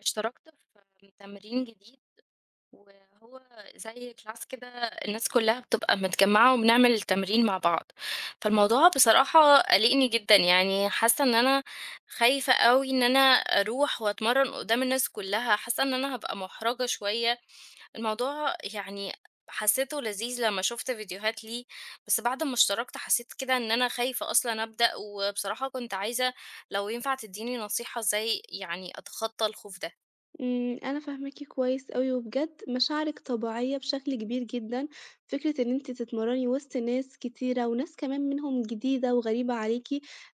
اشتركت في تمرين جديد، وهو زي كلاس كده. الناس كلها بتبقى متجمعة وبنعمل تمرين مع بعض. فالموضوع بصراحة قلقني جدا، يعني حاسة ان انا خايفة قوي ان انا اروح واتمرن قدام الناس كلها. حاسة ان انا هبقى محرجة شوية. الموضوع يعني حسيته لذيذ لما شفت فيديوهات ليه، بس بعد ما اشتركت حسيت كده ان انا خايفة اصلا ابدأ. وبصراحة كنت عايزة لو ينفع تديني نصيحة ازاي يعني اتخطى الخوف ده. أنا فاهماكِ كويس أوي، وبجد مشاعرِك طبيعية بشكل كبير جدًا، فكرة إن أنتِ تتمرّني وسط ناس كتيرة وناس كمان منهم جديدة وغريبة عليكِ،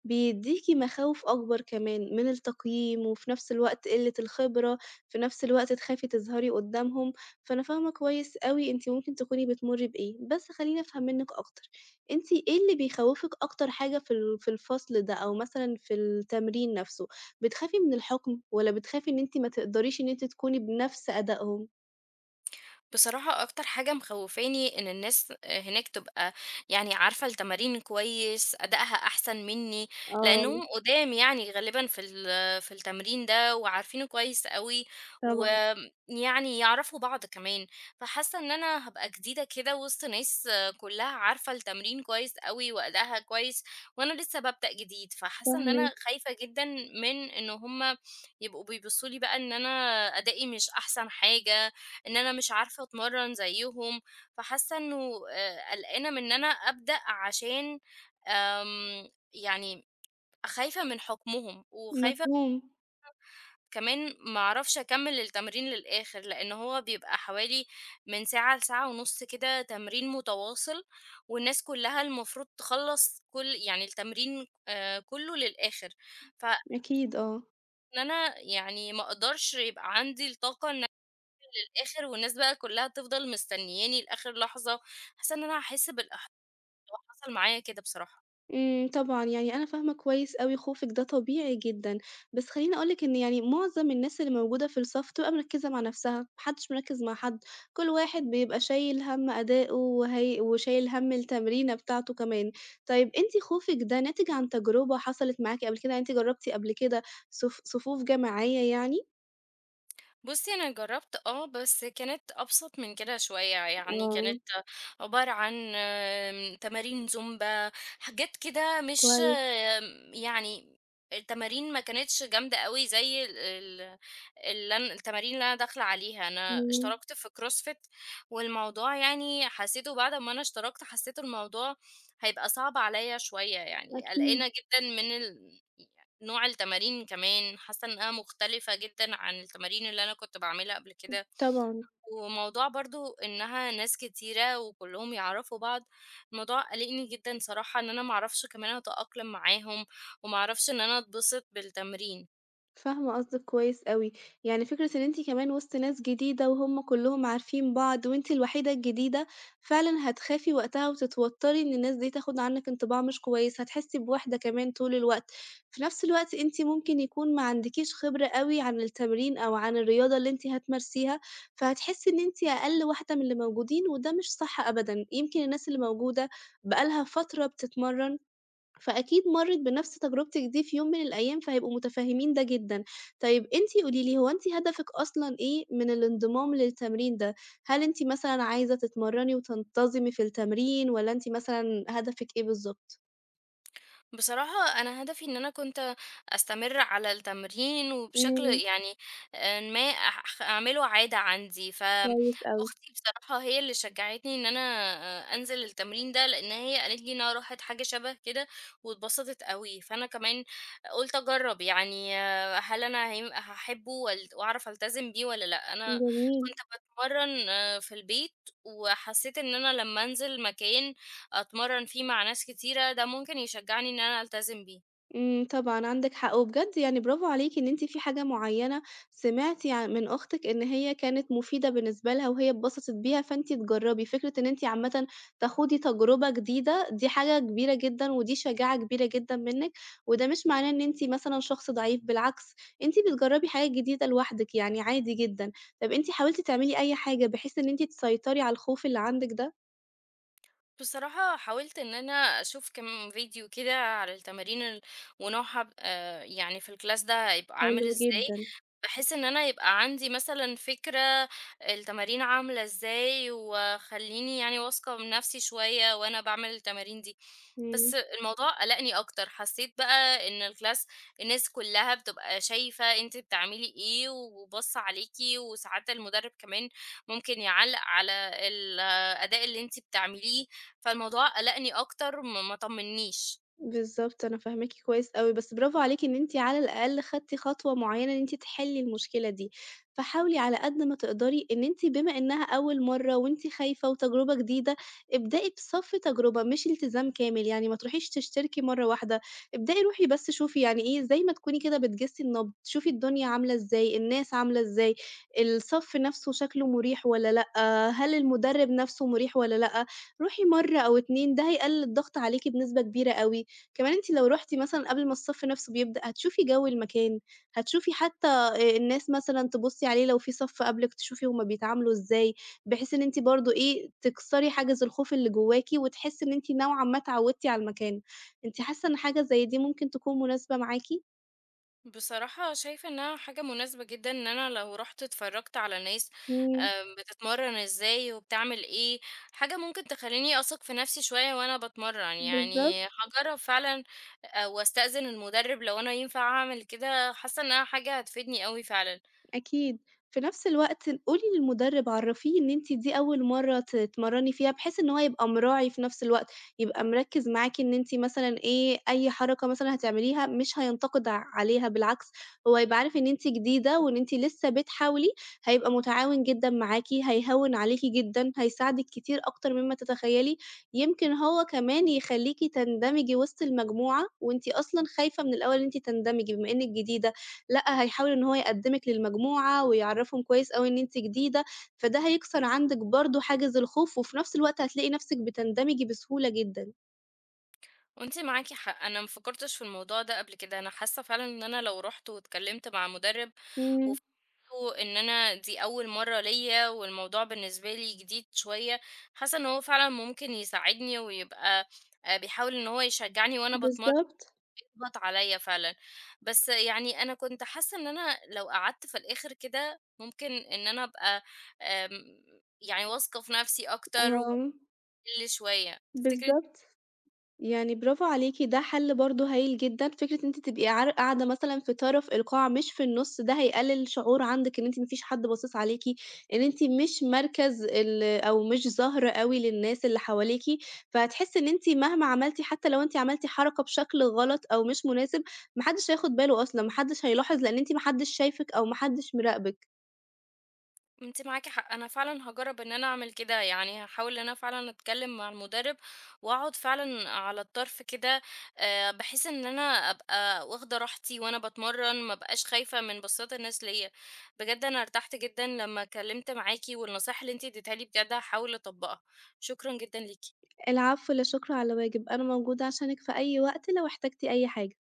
بيدّيكِ مخاوف أكبر كمان من التقييم، وفي نفس الوقت قِلّة الخبرة، في نفس الوقت تخافي تظهري قدّامهم، فأنا فاهمة كويس أوي أنتِ ممكن تكوني بتمُرّي بإيه، بس خلّيني أفهم منِّك أكتر، أنتِ إيه اللي بيخوّفِك أكتر حاجة في الفصل ده أو مثلًا في التمرين نفسه؟ بتخافي من الحُكم والّا بتخافي إن أنتِ ما تقدريش إن أنتِ تكوني بنَفْس أدائهم؟ بصراحة أكتر حاجة مخوفاني إن الناس هناك تبقى يعني عارفة التمارين كويس، أدائها أحسن مني، آه، لأنهم قدام يعني غالبا في التمرين ده وعارفينه كويس قوي، طبعًا ويعني يعرفوا بعض كمان. فحاسة إن أنا هبقى جديدة كده وسط ناس كلها عارفة التمرين كويس قوي وأدائها كويس، وأنا لسه ببدأ جديد. فحاسة إن فاهماكِ. أنا خايفة جدا من إن هما يبقوا بيبصولي بقى إن أنا أدائي مش أحسن حاجة، إن أنا مش عارفة أتمرّن زيّهم. فحاسة إنه قلقانة من إن أنا أبدأ، عشان يعني خايفة من حُكمهم، وخايفة مفهوم، كمان ما أعرفش أكمّل التمرين للآخر، لإن هو بيبقى حوالي من ساعة لساعة ونُص كده تمرين متواصل، والناس كُلّها المفروض تخلّص كل يعني التمرين كُلّه للآخر. فإن أكيد آه. أنا يعني ما أقدرش يبقى عندي الطاقة الآخر والناس بقى كلّها تفضل مستنياني لآخر لحظة. حاسة إن أنا هاحس بالإحباط، هو حصل معايا كده بصراحة. طبعًا، يعني أنا فاهمة كويس أوي خوفِك ده طبيعي جدًا، بس خلّيني أقول لِك إن يعني معظم الناس اللي موجودة في الصف بتبقى مركّزة مع نَفْسها، ما حدّش مركّز مع حد، كل واحد بيبقى شايل هَم أدائه وهي وشايل هَم التمرينة بتاعته كمان. طيب أنتِ خوفِك ده ناتج عن تجربة حصلت معاكِ قبل كده، يعني أنتِ جرّبتِ قبل كده صفوف جماعية يعني؟ بُصّي، أنا جرّبت آه، بس كانت أبسط من كده شوية. يعني آه. كانت عبارة عن تمارين زومبا، حاجات كده. مش كويس، يعني التمارين ما كانتش جامدة أوي زي ال اللي أنا، التمارين اللي أنا داخلة عليها، أنا إمم، اشتركت في CrossFit. والموضوع يعني حسيته بعد أمّا أنا اشتركت، حسيت الموضوع هيبقى صعب عليَّ شوية. يعني أكيد قلقانة جدًا من ال نوع التمارين كمان، حاسة إنها مختلفة جدًا عن التمارين اللي أنا كنت باعملها قبل كده، طبعًا، وموضوع برضه إنها ناس كتيرة وكلّهم يعرفوا بعض. الموضوع قلقني جدًا صراحة إن أنا ما أعرفش كمان أتأقلم معاهم، وما أعرفش إن أنا أتبسط بالتمرين. فاهمة قصدِك كويس أوي، يعني فكرة إن أنتِ كمان وسط ناس جديدة وهُم كلّهم عارفين بعض وأنتِ الوحيدة الجديدة، فعلًا هتخافي وقتها وتتوتّري إن الناس دي تاخُد عنِّك انطباع مش كويس، هتحسّي بوحدة كمان طول الوقت، في نفس الوقت أنتِ ممكن يكون ما عندكيش خبرة أوي عن التمرين أو عن الرياضة اللي أنتِ هتمارسيها، فهتحسّي إن أنتِ أقل واحدة من اللي موجودين وده مش صح أبدًا، يمكن الناس اللي موجودة بقى لها فترة بتتمرّن فأكيد مرّت بنفس تجربتِك دي في يوم من الأيام، فهيبقوا متفهّمين ده جدًا. طيب أنتِ قولي لي، هو أنتِ هدفِك أصلًا إيه من الانضمام للتمرين ده؟ هل أنتِ مثلًا عايزة تتمرّني وتنتظمي في التمرين والّا أنتِ مثلًا هدفِك إيه بالضبط؟ بصراحة أنا هدفي إن أنا كنت أستمر على التمرين وبشكل إمم، يعني آه، ما أح- أعمله عادة عندي. كويس أوي، فأختي بصراحة هي اللي شجعتني إن أنا آه، أنزل التمرين ده، لأن هي قالت لي إنها راحت حاجة شبه كده واتبسطت قوي. فأنا كمان قلت أجرب يعني آه، هل أنا هحبه وأعرف ألتزم بيه ولا لأ. أنا جميل. كنت بتمرن آه، في البيت، وحسيت إن أنا لما أنزل مكان أتمرّن فيه مع ناس كتيرة، ده ممكن يشجّعني إن أنا ألتزم بيه. طبعًا عندِك حق، وبجد يعني برافو عليكِ إن أنتِ في حاجة معيّنة سمعتِ من أختِك إن هي كانت مفيدة بالنسبة لها وهي اتبسطت بيها، فأنتِ تجرّبي. فكرة إن أنتِ عامةً تاخدي تجربة جديدة دي حاجة كبيرة جدًا، ودي شجاعة كبيرة جدًا منِّك، وده مش معناه إن أنتِ مثلًا شخص ضعيف، بالعكس أنتِ بتجرّبي حاجات جديدة لوحدِك، يعني عادي جدًا. طَب أنتِ حاولتِ تعملي أي حاجة بحيث إن أنتِ تسيطري على الخوف اللي عندِك ده؟ بصراحة حاولت إن أنا أشوف كام فيديو كده على التمارين ال ونوعها ب يعني في الclass ده هيبقى عامل حلو إزاي، جدًا، بحيث إن أنا يبقى عندي مثلًا فكرة التمارين عاملة إزاي، وخلّيني يعني واثقة من نفسي شوية وأنا باعمل التمارين دي. بس إمم. الموضوع قلقني أكتر، حسيت بقى إن الclass الناس كلّها بتبقى شايفة أنتِ بتعملي إيه، وباصة عليكِ، وساعات المدرب كمان ممكن يعلّق على الأداء اللي أنتِ بتعمليه. فالموضوع قلقني أكتر، ما طمنيش. بالضبط، أنا فاهماكِ كويس أوي، بس برافو عليكِ إن أنتِ على الأقل خدتِ خطوة معيّنة إن أنتِ تحلّي المشكلة دي، فحاولي على قد ما تقدري إن أنتِ بما إنها أول مرّة وأنتِ خايفة وتجربة جديدة، ابدئي بصَف تجربة مش التزام كامل، يعني ما تروحيش تشتركي مرّة واحدة، ابدئي روحي بس شوفي يعني إيه، زي ما تكوني كده بتجِسّي النبض، شوفي الدنيا عاملة إزاي، الناس عاملة إزاي، الصف نَفْسه شكله مُريح والّا لأ، هل المُدرِّب نَفْسه مُريح والّا لأ، روحي مرّة أو 2 ده هيقلّل الضغط عليكِ بنسبة كبيرة أوي. كمان أنتِ لو رُحتِ مثلًا قبل ما الصف نَفْسه بيبدأ، هتشوفي جو المكان، هتشوفي حتى الناس مثلًا تبُصّي عليه لو في صف قبلِك تشوفي هُم بيتعاملوا إزاي، بحيث إن أنتِ برضه إيه، تكسري حاجز الخوف اللي جواكِ وتحسّي إن أنتِ نوعًا ما اتعوّدتِ على المكان. أنتِ حاسة إن حاجة زي دي ممكن تكون مناسبة معاكِ؟ بصراحة شايفة انها حاجة مناسبة جدا، ان انا لو رحت اتفرجت على ناس إمم، بتتمرن ازاي وبتعمل ايه، حاجة ممكن تخليني اثق في نفسي شوية وانا بتمرن. بالضبط. يعني هجرب فعلا آه، واستأذن المدرب لو انا ينفع اعمل كده. حاسة انها حاجة هتفيدني قوي فعلا. أكيد. في نفس الوقت قولي للمدرب عرّفيه إن أنتِ دي أول مرّة تتمرّني فيها، بحيث إن هو يبقى مراعي في نفس الوقت، يبقى مركّز معاكِ إن أنتِ مثلًا إيه، أي حركة مثلًا هتعمليها مش هينتقد عليها، بالعكس هو هيبقى عارف إن أنتِ جديدة وإن أنتِ لسه بتحاولي، هيبقى متعاون جدًا معاكِ، هيهوّن عليكِ جدًا، هيساعدِك كتير أكتر مما تتخيّلي. يمكن هو كمان يخلّيكِ تندمجي وسط المجموعة، وأنتِ أصلًا خايفة من الأول إن أنتِ تندمجي بما إنِّك جديدة، لأ، هيحاول إن هو يقدّمِك للمجموعة ويعرّفهم كويس أوي إن أنتِ جديدة، فده هيكسر عندِك برضه حاجز الخوف، وفي نفس الوقت هتلاقي نفسِك بتندمجي بسهولة جدًا. وانتي معاكي حق، انا مفكرتش في الموضوع ده قبل كده. انا حاسة فعلا ان انا لو رحت واتكلمت مع مدرب، إمم، حسيته ان انا دي اول مرة ليا والموضوع بالنسبة لي جديد شوية، حاسة ان هو فعلا ممكن يساعدني ويبقى آه، بيحاول ان هو يشجعني وانا بتمرن، بالضبط، يضغط عليا فعلا. بس يعني انا كنت حاسة ان انا لو قعدت في الاخر كده ممكن ان انا ابقى آم، يعني واثقة في نفسي اكتر آه، واقل شوية، تفتكر؟ بالضبط. يعني برافو عليكِ، ده حل برضه هايل جدًا، فكرة إن أنتِ تبقي قاعدة مثلًا في طرف القاعة مش في النُص، ده هيقلل شعور عندِك إن أنتِ ما فيش حد باصص عليكِ، إن أنتِ مش مركز ال أو مش ظاهرة أوي للناس اللي حواليكِ، فهتحسي إن أنتِ مهما عملتِ حتى لو أنتِ عملتِ حركة بشكل غلط أو مش مناسب، ما حدش هياخد باله أصلًا، ما حدش هيلاحظ لإن أنتِ ما حدش شايفِك أو ما حدش مراقبِك. أنتِ معاكِ حق، أنا فعلًا هاجرّب إن أنا أعمل كده. يعني هاحاول إن أنا فعلًا أتكلّم مع المُدرِّب وأقعد فعلًا على الطرف كده، بحيث إن أنا أبقى واخدة راحتي وأنا باتمرّن، ما أبقاش خايفة من بصّات الناس ليّا. بجد أنا ارتحت جدًا لمّا اتكلّمت معاكِ، والنصايح اللي أنتِ ادّيتيها لي بجد هاحاول أطبّقها. شكرًا جدًا ليكِ. العفو، لا شكر على واجب، أنا موجودة عشانِك في أي وقت لو احتجتِ أي حاجة.